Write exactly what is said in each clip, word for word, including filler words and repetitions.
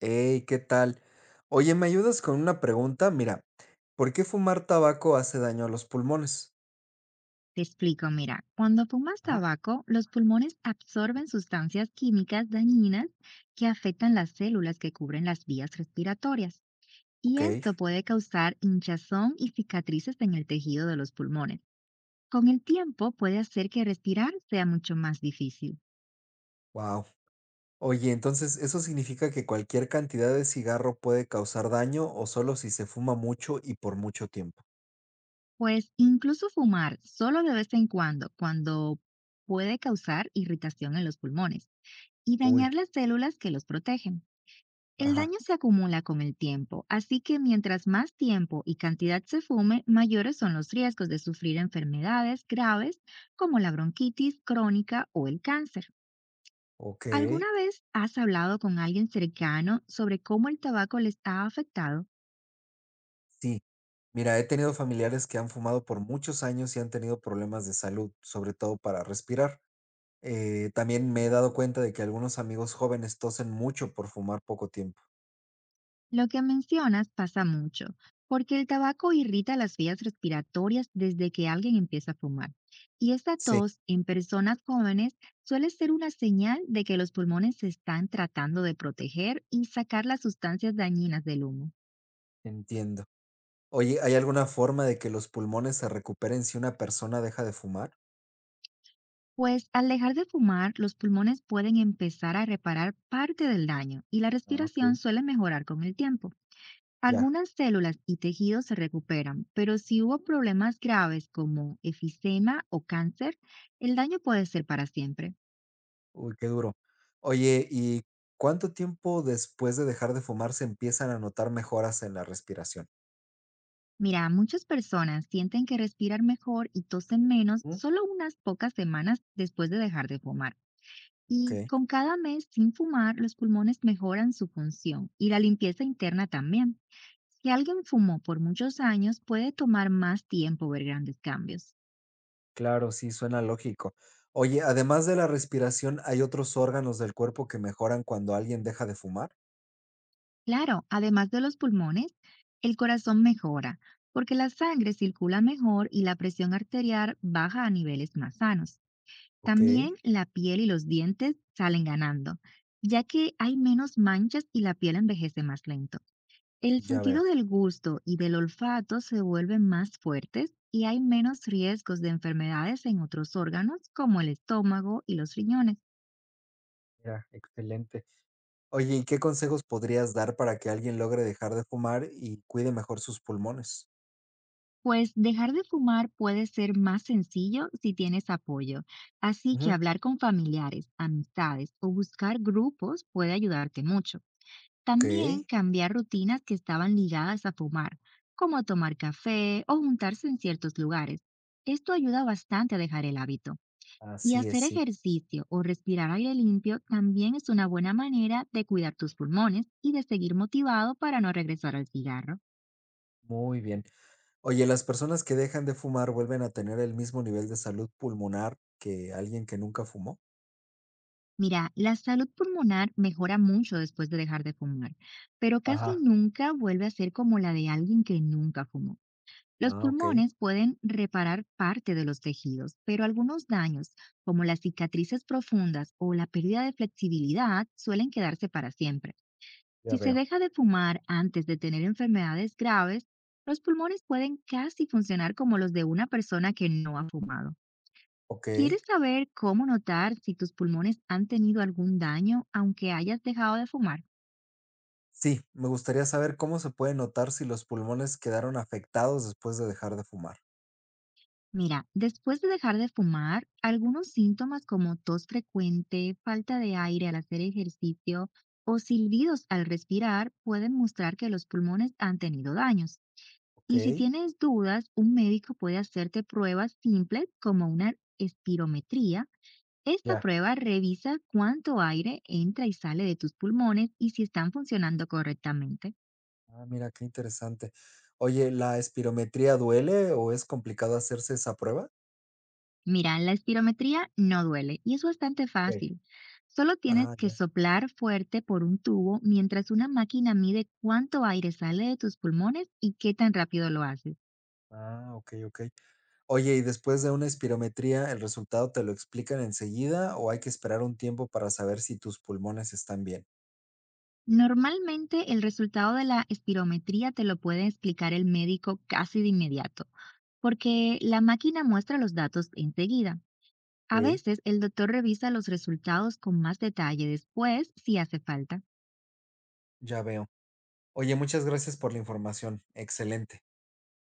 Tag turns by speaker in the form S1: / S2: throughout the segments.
S1: Hey, ¿qué tal? Oye, ¿me ayudas con una pregunta? Mira, ¿por qué fumar tabaco hace daño a los pulmones?
S2: Te explico, mira, cuando fumas
S1: Ajá.
S2: tabaco, los pulmones absorben sustancias químicas dañinas que afectan las células que cubren las vías respiratorias, y
S1: Ok,
S2: esto puede causar hinchazón y cicatrices en el tejido de los pulmones. Con el tiempo puede hacer que respirar sea mucho más difícil,
S1: wow. Oye, entonces, ¿eso significa que cualquier cantidad de cigarro puede causar daño o solo si se fuma mucho y por mucho tiempo?
S2: pues incluso fumar solo de vez en cuando, cuando puede causar irritación en los pulmones y dañar
S1: Uy,
S2: las células que los protegen. El
S1: ajá,
S2: daño se acumula con el tiempo, así que mientras más tiempo y cantidad se fume, mayores son los riesgos de sufrir enfermedades graves como la bronquitis crónica o el cáncer.
S1: ok,
S2: ¿Alguna vez has hablado con alguien cercano sobre cómo el tabaco les ha afectado?
S1: sí. Mira, he tenido familiares que han fumado por muchos años y han tenido problemas de salud, sobre todo para respirar. Eh, también me he dado cuenta de que algunos amigos jóvenes tosen mucho por fumar poco tiempo.
S2: Lo que mencionas pasa mucho, porque el tabaco irrita las vías respiratorias desde que alguien empieza a fumar. Y esta
S1: Sí.
S2: tos en personas jóvenes suele ser una señal de que los pulmones se están tratando de proteger y sacar las sustancias dañinas del humo.
S1: Entiendo. Oye, ¿hay alguna forma de que los pulmones se recuperen si una persona deja de fumar?
S2: Pues al dejar de fumar, los pulmones pueden empezar a reparar parte del daño y la
S1: Ah, ok.
S2: respiración suele mejorar con el tiempo.
S1: Ya,
S2: Algunas células y tejidos se recuperan, pero si hubo problemas graves como efisema o cáncer, el daño puede ser para siempre.
S1: uy, qué duro. Oye, ¿y cuánto tiempo después de dejar de fumar se empiezan a notar mejoras en la respiración?
S2: Mira, muchas personas sienten que respiran mejor y tosen menos
S1: Mm.
S2: solo unas pocas semanas después de dejar de fumar.
S1: Ok,
S2: Y con cada mes sin fumar, los pulmones mejoran su función y la limpieza interna también. Si alguien fumó por muchos años, puede tomar más tiempo ver grandes cambios.
S1: claro, sí, suena lógico. Oye, además de la respiración, ¿hay otros órganos del cuerpo que mejoran cuando alguien deja de fumar?
S2: Claro, además de los pulmones, el corazón mejora porque la sangre circula mejor y la presión arterial baja a niveles más sanos.
S1: Ok,
S2: También la piel y los dientes salen ganando, ya que hay menos manchas y la piel envejece más lento. El
S1: ya
S2: sentido
S1: veo.
S2: del gusto y del olfato se vuelven más fuertes y hay menos riesgos de enfermedades en otros órganos como el estómago y los riñones.
S1: Mira, excelente. Oye, ¿y qué consejos podrías dar para que alguien logre dejar de fumar y cuide mejor sus pulmones?
S2: Pues dejar de fumar puede ser más sencillo si tienes apoyo, así que
S1: Ujú,
S2: hablar con familiares, amistades o buscar grupos puede ayudarte mucho. También
S1: okey,
S2: cambiar rutinas que estaban ligadas a fumar, como tomar café o juntarse en ciertos lugares. Esto ayuda bastante a dejar el hábito. Y
S1: así es,
S2: hacer
S1: sí,
S2: ejercicio o respirar aire limpio también es una buena manera de cuidar tus pulmones y de seguir motivado para no regresar al cigarro.
S1: muy bien. Oye, ¿las personas que dejan de fumar vuelven a tener el mismo nivel de salud pulmonar que alguien que nunca fumó?
S2: Mira, la salud pulmonar mejora mucho después de dejar de fumar, pero casi
S1: Ajá.
S2: nunca vuelve a ser como la de alguien que nunca fumó. Los
S1: Ah, okey,
S2: pulmones pueden reparar parte de los tejidos, pero algunos daños, como las cicatrices profundas o la pérdida de flexibilidad, suelen quedarse para siempre.
S1: ya
S2: Si se
S1: veo.
S2: deja de fumar antes de tener enfermedades graves, los pulmones pueden casi funcionar como los de una persona que no ha fumado.
S1: Okey.
S2: ¿Quieres saber cómo notar si tus pulmones han tenido algún daño aunque hayas dejado de fumar?
S1: Sí, me gustaría saber cómo se puede notar si los pulmones quedaron afectados después de dejar de fumar.
S2: Mira, después de dejar de fumar, algunos síntomas como tos frecuente, falta de aire al hacer ejercicio o silbidos al respirar pueden mostrar que los pulmones han tenido daños. Y si
S1: Okey,
S2: tienes dudas, un médico puede hacerte pruebas simples como una espirometría. Esta
S1: ya.
S2: prueba revisa cuánto aire entra y sale de tus pulmones y si están funcionando correctamente.
S1: Ah, mira, qué interesante. Oye, ¿la espirometría duele o es complicado hacerse esa prueba?
S2: Mira, la espirometría no duele y es bastante
S1: Okey.
S2: fácil. Solo tienes
S1: Ah,
S2: que
S1: ya.
S2: soplar fuerte por un tubo mientras una máquina mide cuánto aire sale de tus pulmones y qué tan rápido lo haces.
S1: Ah, okey, okey. Oye, y después de una espirometría, ¿el resultado te lo explican enseguida o hay que esperar un tiempo para saber si tus pulmones están bien?
S2: Normalmente el resultado de la espirometría te lo puede explicar el médico casi de inmediato, porque la máquina muestra los datos enseguida. A
S1: Ok,
S2: veces el doctor revisa los resultados con más detalle después si hace falta.
S1: ya veo. Oye, muchas gracias por la información. Excelente.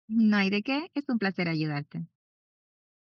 S2: No hay de qué, es un placer ayudarte.